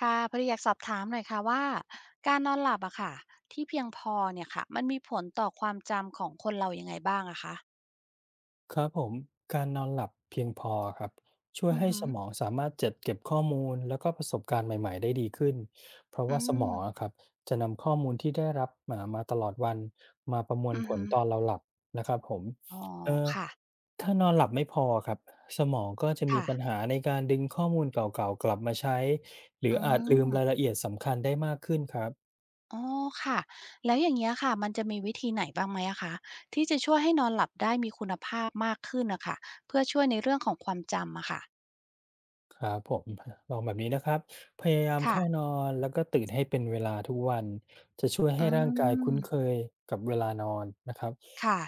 ค่ะพอดีอยากสอบถามหน่อยค่ะว่าการนอนหลับอะค่ะที่เพียงพอเนี่ยค่ะมันมีผลต่อความจำของคนเรายังไงบ้างอะคะครับผมการนอนหลับเพียงพอครับช่วยอือให้หืสอมองสามารถจัดเก็บข้อมูลแล้วก็ประสบการณ์ใหม่ๆได้ดีขึ้นเพราะอืว่าสมมองอะครับจะนำข้อมูลที่ได้รับมามาตลอดวันมาประมวลอือผลหือตอนเราหลับนะครับผมอ๋อเอ่อค่ะถ้านอนหลับไม่พอครับสมองก็จะมีค่ะปัญหาในการดึงข้อมูลเก่าๆกลับมาใช้หรืออือาจลืมมรายละเอียดสำคัญได้มากขึ้นครับ อ๋อค่ะแล้วอย่างเงี้ยค่ะมันจะมีวิธีไหนบ้างไหมอะคะที่จะช่วยให้นอนหลับได้มีคุณภาพมากขึ้นอะค่ะเพื่อช่วยในเรื่องของความจำอะค่ะครับผมลองแบบนี้นะครับพยายามค่ะเข้านอนแล้วก็ตื่นให้เป็นเวลาทุกวันจะช่วยอืให้ร่างกายมคุ้นเคยกับเวลานอนนะครับค่ะ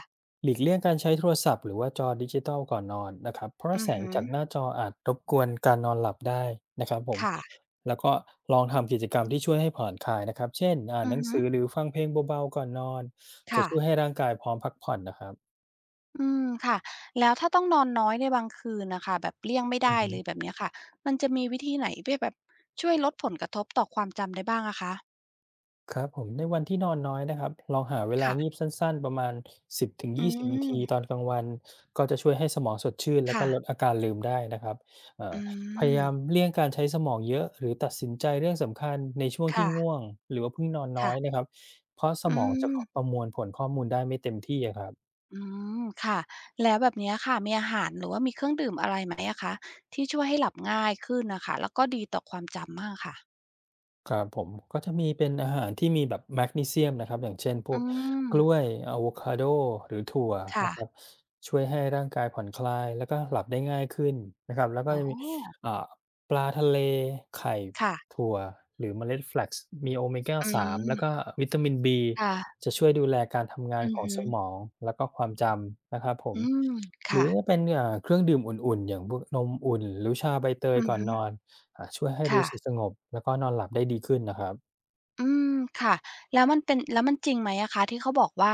หลีกเลี่ยงการใช้โทรศัพท์หรือว่าจอดิจิทัลก่อนนอนนะครับเพราะอืแสองหืจาอกหน้าจออาจรบกวนการนอนหลับได้นะครับผมค่ะแล้วก็ลองทำกิจกรรมที่ช่วยให้ผ่อนคลายนะครับเช่นอ่านอืหอนังหืสืออหรือฟังเพลงเบาๆก่อนนอนจะค่ะ ช่วยให้ร่างกายพร้อมพักผ่อนนะครับ อืมค่ะแล้วถ้าต้องนอนน้อยในบางคืนน่ะค่ะแบบเลี่ยงไม่ได้เลยแบบเนี้ยค่ะมันจะมีวิธีไหนที่แบบช่วยลดผลกระทบต่อความจำได้บ้างอะคะครับผมในวันที่นอนน้อยนะครับลองหาเวลาค่ะงีบสั้นๆประมาณ10ถึงอื20นาทีตอนมกลางวันก็จะช่วยให้สมองสดชื่นแล้วก็ค่ะลดอาการลืมได้นะครับเอ่ออืพยามยามเลี่ยงการใช้สมองเยอะหรือตัดสินใจเรื่องสำคัญในช่วงที่ค่ะง่วงหรือว่าเพิ่งนอนน้อยนะค่ะครับเพราะสอืมองจะมประมวลผลข้อมูลได้ไม่เต็มที่อะครับ อืมค่ะแล้วแบบเนี้ยค่ะมีอาหารหรือว่ามีเครื่องดื่มอะไรไหมอะคะที่ช่วยให้หลับง่ายขึ้นน่ะค่ะแล้วก็ดีต่อความจำมั่งค่ะครับผมก็จะมีเป็นอาหารที่มีแบบแมกนีเซียมนะครับอย่างเช่นพวกอืมกล้วยอะโวคาโดหรือถั่วนะครับค่ะช่วยให้ร่างกายผ่อนคลายแล้วก็หลับได้ง่ายขึ้นนะครับแล้วก็อ๋อจะมีอ่าปลาทะเลไข่ค่ะถั่วหรือเมล็ดแฟลกซ์มีโอเมก้าอื3มแล้วก็วิตามิน B ค่ะจะช่วยดูแลการทำงานอืขอองฮึสมองแล้วก็ความจำนะครับผมอืมหรือค่ะจะเป็นเครื่องดื่มอุ่นๆอย่างพวกนมอุ่นหรือชาใบเตยอือก่อนฮึนอน อ่าช่วยให้รู้ค่ะ สึกสงบแล้วก็นอนหลับได้ดีขึ้นนะครับอืมค่ะแล้วมันเป็นแล้วมันจริงไหมอะคะที่เขาบอกว่า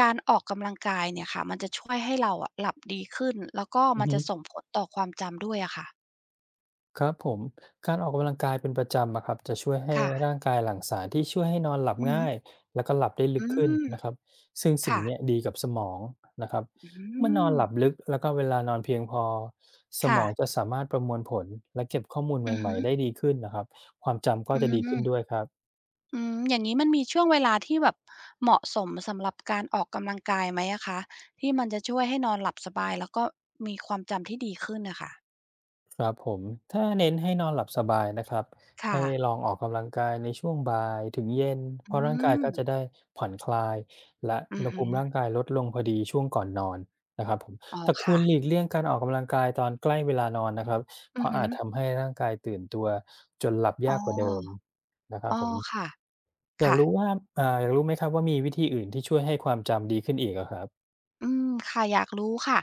การออกกำลังกายเนี่ยค่ะมันจะช่วยให้เราอะหลับดีขึ้นแล้วก็อือมันฮึจะส่งผลต่อความจำด้วยอะค่ะครับผมการออกกำลังกายเป็นประจำอะครับจะช่วยให้ค่ะร่างกายหลั่งสารที่ช่วยให้นอนหลับอือง่าฮึยแล้วก็หลับได้ลึกอืขึ้นมนะครับซึ่งสิ่งค่ะเนี้ยดีกับสมองนะครับอืเมื่อนอนมหลับลึกแล้วก็เวลานอนเพียงพอสมองจะค่ะสามารถประมวลผลและเก็บข้อมูลอือใหม่ฮึๆได้ดีขึ้นนะครับความจำก็อืจะดีขึ้นด้วยมครับ อืมอย่างงี้มันมีช่วงเวลาที่แบบเหมาะสมสำหรับการออกกำลังกายไหมอะคะที่มันจะช่วยให้นอนหลับสบายแล้วก็มีความจำที่ดีขึ้นน่ะค่ะครับผมถ้าเน้นให้นอนหลับสบายนะครับค่ะให้ลองออกกำลังกายในช่วงบ่ายถึงเย็นเพอืราะร่างกายก็จะมได้ผ่อนคลายและอือุอณหภูฮึมิร่างกายลดลงพอดีช่วงก่อนนอนนะครับผมอ๋อแต่ควรค่ะหลีกเลี่ยงการออกกำลังกายตอนใกล้เวลานอนนะครับเพอือราะฮึอาจทำให้ร่างกายตื่นตัวจนหลับอ๋ยากกว่าเดิมอ นะครับอ๋ผอมค่ะอยากค่ะรู้ว่าอยากรู้ไหมครับว่ามีวิธีอื่นที่ช่วยให้ความจำดีขึ้นอีกอะครับ อืมค่ะ อยากรู้ค่ะ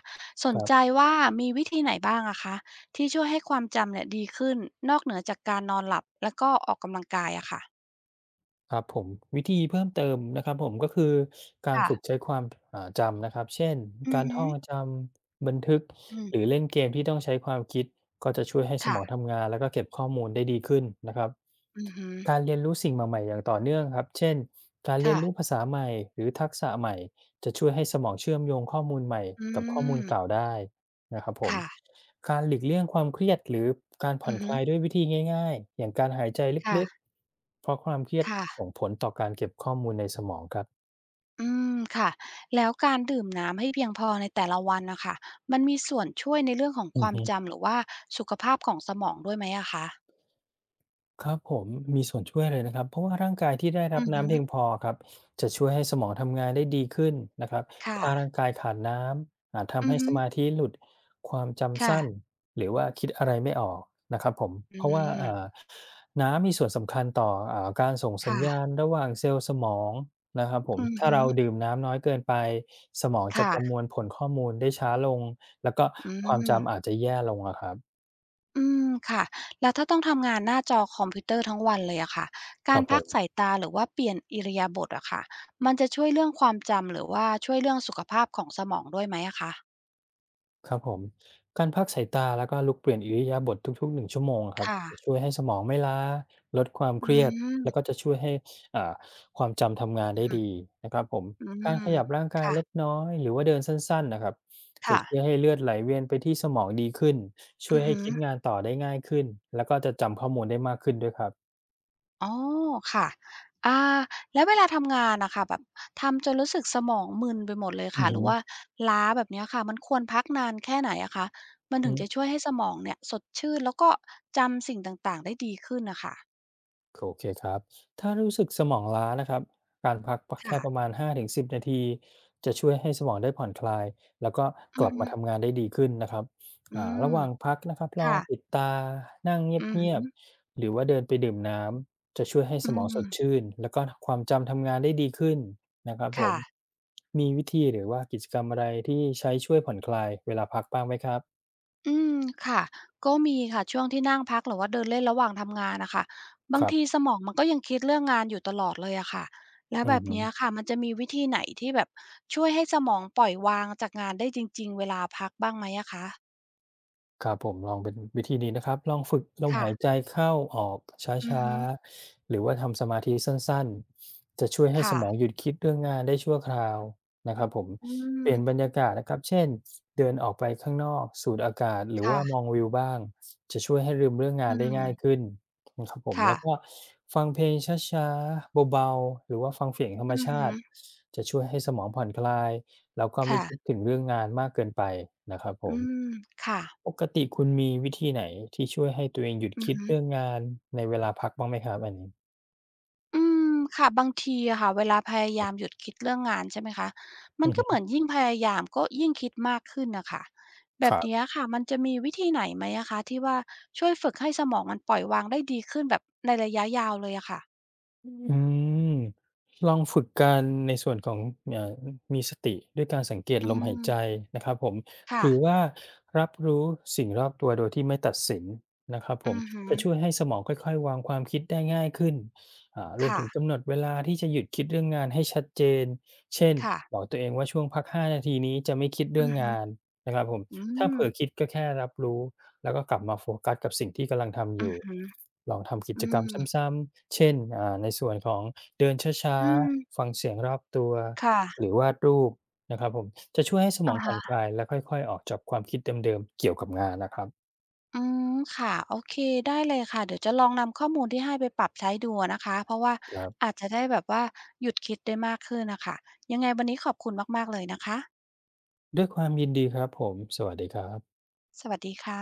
สนใจว่ามีวิธีไหนบ้างอะคะที่ช่วยให้ความจำเนี่ยดีขึ้นนอกเหนือจากการนอนหลับแล้วก็ออกกำลังกายอะค่ะครับผมวิธีเพิ่มเติมนะครับผมก็คือการค่ะฝึกใช้ความจำนะครับเช่นอืกาอรฮึท่องจำบันทึกอืมหรือเล่นเกมที่ต้องใช้ความคิดก็จะช่วยให้สมองค่ะทำงานแล้วก็เก็บข้อมูลได้ดีขึ้นนะครับอือฮึการเรียนรู้สิ่งใหม่ๆอย่างต่อเนื่องครับเช่นการเรียนค่ะรู้ภาษาใหม่หรือทักษะใหม่จะช่วยให้สมองเชื่อมโยงข้อมูลใหม่อืกับข้อมูลมเก่าได้ นะครับผมค่ะการหลีกเลี่ยงความเครียดหรือการผ่ออืนอคฮึลายด้วยวิธีง่ายๆอย่างการหายใจลึกค่ะๆเพราะความเครียดค่ะส่งผลต่อการเก็บข้อมูลในสมองครับอืมค่ะ แล้วการดื่มน้ำให้เพียงพอในแต่ละวันน่ะค่ะมันมีส่วนช่วยในเรื่องของอืคอวามฮึ จำหรือว่าสุขภาพของสมองด้วยไหมอะคะครับผมมีส่วนช่วยเลยนะครับเพราะว่าร่างกายที่ได้รัอืบอฮึน้ำเพียงพอครับจะช่วยให้สมองทำงานได้ดีขึ้นนะครับค่ะถ้าร่างกายขาดน้ำอาจทำอืให้อฮึสมาธิหลุดความจำค่ะ สั้นหรือว่าคิดอะไรไม่ออกนะครับผมอืเพราะว่ามน้ำมีส่วนสำคัญต่อการส่งสัญค่ะญาณระหว่างเซลล์สมองนะครับผมอือถ้าฮึเราดื่มน้ำน้อยเกินไปสมองจะประมค่ะวลผลข้อมูลได้ช้าลงแล้วก็อืความมจำอาจจะแย่ลงอะครับอืมค่ะแล้วถ้าต้องทำงานหน้าจอคอมพิวเตอร์ทั้งวันเลยอะค่ะคการัรบผพักม สายตาหรือว่าเปลี่ยนอิริยาบถอะค่ะมันจะช่วยเรื่องความจำหรือว่าช่วยเรื่องสุขภาพของสมองด้วยไหมอะคะครับผมการพักสายตาแล้วก็ลุกเปลี่ยนอิริยาบถทุกๆ1ชั่วโมงอะครับค่ะจะช่วยให้สมองไม่ล้าลดความอืเครียดแล้วก็มจะช่วยให้อ่าความจำทำงานอือได้ฮึดีนะครับผมอืการมขยับร่างกายค่ะเล็กน้อยหรือว่าเดินสั้นๆนะครับจะค่ะช่วยให้เลือดไหลเวียนไปที่สมองดีขึ้นช่วอืยอให้ฮึ คิดงานต่อได้ง่ายขึ้นแล้วก็จะจำข้อมูลได้มากขึ้นด้วยครับอ๋อค่ะอ่าแล้วเวลาทำงานน่ะค่ะแบบทำจนรู้สึกสมองมึนไปหมดเลยอือค่ะหรืฮึอว่าล้าแบบเนี้ยค่ะมันควรพักนานแค่ไหนอะคะมันถึงจะช่อ วยให้สมองเนี่ยสดชื่นแล้วก็จำสิ่งต่างๆได้ดีขึ้นน่ะค่ะโอเคครับ ถ้ารู้สึกสมองล้านะครับ การพักแค่ค่ะประมาณ5ิบนาทีจะช่วยให้สมองได้ผ่อนคลายแล้วก็กอือลับฮึมาทำงานได้ดีขึ้นนะครับอืมระหว่างพักนะครับลองค่ะปิดตานั่งเอืองีฮึยบๆหรือว่าเดินไปดื่มน้ำจะช่วยให้อืสมองสดมชื่นแล้วก็ความจำทำงานได้ดีขึ้นนะครับผมค่ะ มีวิธีหรือว่ากิจกรรมอะไรที่ใช้ช่วยผ่อนคลายเวลาพักบ้างไหมครับอืมค่ะก็มีค่ะช่วงที่นั่งพักหรือว่าเดินเล่นระหว่างทำงานน่ะค่ะบาคงรัทีบสมองมันก็ยังคิดเรื่องงานอยู่ตลอดเลยอะค่ะแล้วอืแบบเนี้ยอ ค่ะมันจะมีวิธีไหนที่แบบช่วยให้สมองปล่อยวางจากงานได้จริงๆเวลาพักบ้างไหมอะคะครับผมลองเป็นวิธีนี้นะครับลองฝึกลมค่ะหายใจเข้าออกชอือ้าฮึๆหรือว่าทำสมาธิสั้นๆจะช่วยให้สค่ะมองหยุดคิดเรื่องงานได้ชั่วคราวนะครับผมอืมเปลี่ยนบรรยากาศนะครับเช่นเดินออกไปข้างนอกสูดอากาศหรือว่ามองค่ะวิวบ้างจะช่วยให้ลืมเรื่องงาอืนได้ง่ายมขึ้นนะครับผมค่ะแล้วก็ฟังเพลงช้าๆเบาๆหรือว่าฟังเสียงธรรมอือชาฮึติจะช่วยให้สมองผ่อนคลายแล้วก็ไม่คิดค่ะถึงเรื่องงานมากเกินไปนะครับผอืม มค่ะปกติคุณมีวิธีไหนที่ช่วยให้ตัวเองหยุดอือคิดฮึ เรื่องงานในเวลาพักบ้างไหมครับอันนี้อืมค่ะบางทีอะค่ะเวลาพยายามหยุดคิดเรื่องงานใช่ไหมคะมัอืนอก็เหฮึ มือนยิ่งพยายามก็ยิ่งคิดมากขึ้นน่ะค่ะแบบเนี้ยค่ะมันจะมีวิธีไหนไหมอะคะที่ว่าช่วยฝึกให้สมองมันปล่อยวางได้ดีขึ้นแบบในระยะยาวเลยอะค่ะอืมลองฝึกการในส่วนของเอ่อมีสติด้วยการสังเกตอืลมหายมใจนะครับผมหค่ะรือว่ารับรู้สิ่งรอบตัวโดยที่ไม่ตัดสินนะครับผอืมอฮึจะช่วยให้สมองค่อยๆวางความคิดได้ง่ายขึ้นรวมค่ะถึงกำหนดเวลาที่จะหยุดคิดเรื่องงานให้ชัดเจนเช่นค่ะบอกตัวเองว่าช่วงพัก5 นาทีนี้จะไม่คิดเรื่อืองอฮึงานนะครับผมอืถ้ามเผลอคิดก็แค่รับรู้ แล้วก็กลับมาโฟกัสกับสิ่งที่กำลังทำออือยู่ ฮึลองทำกิอืจกรรมมซ้ำๆ เช่นในส่วนของเดินช้าอืมๆ ฟังเสียงรอบตัว หค่ะรือวาดรูปนะครับผมจะช่วยให้สมออะงผ่อนฮะ คลายและค่อยๆออกจากความคิดเดิมๆเกี่ยวกับงานนะครับอืมค่ะโอเคได้เลยค่ะเดี๋ยวจะลองนำข้อมูลที่ให้ไปปรับใช้ดูอะนะคะเพราะว่าครับอาจจะได้แบบว่าหยุดคิดได้มากขึ้นน่ะค่ะยังไงวันนี้ขอบคุณมากๆเลยนะคะด้วยความยินดีครับผม สวัสดีครับสวัสดีค่ะ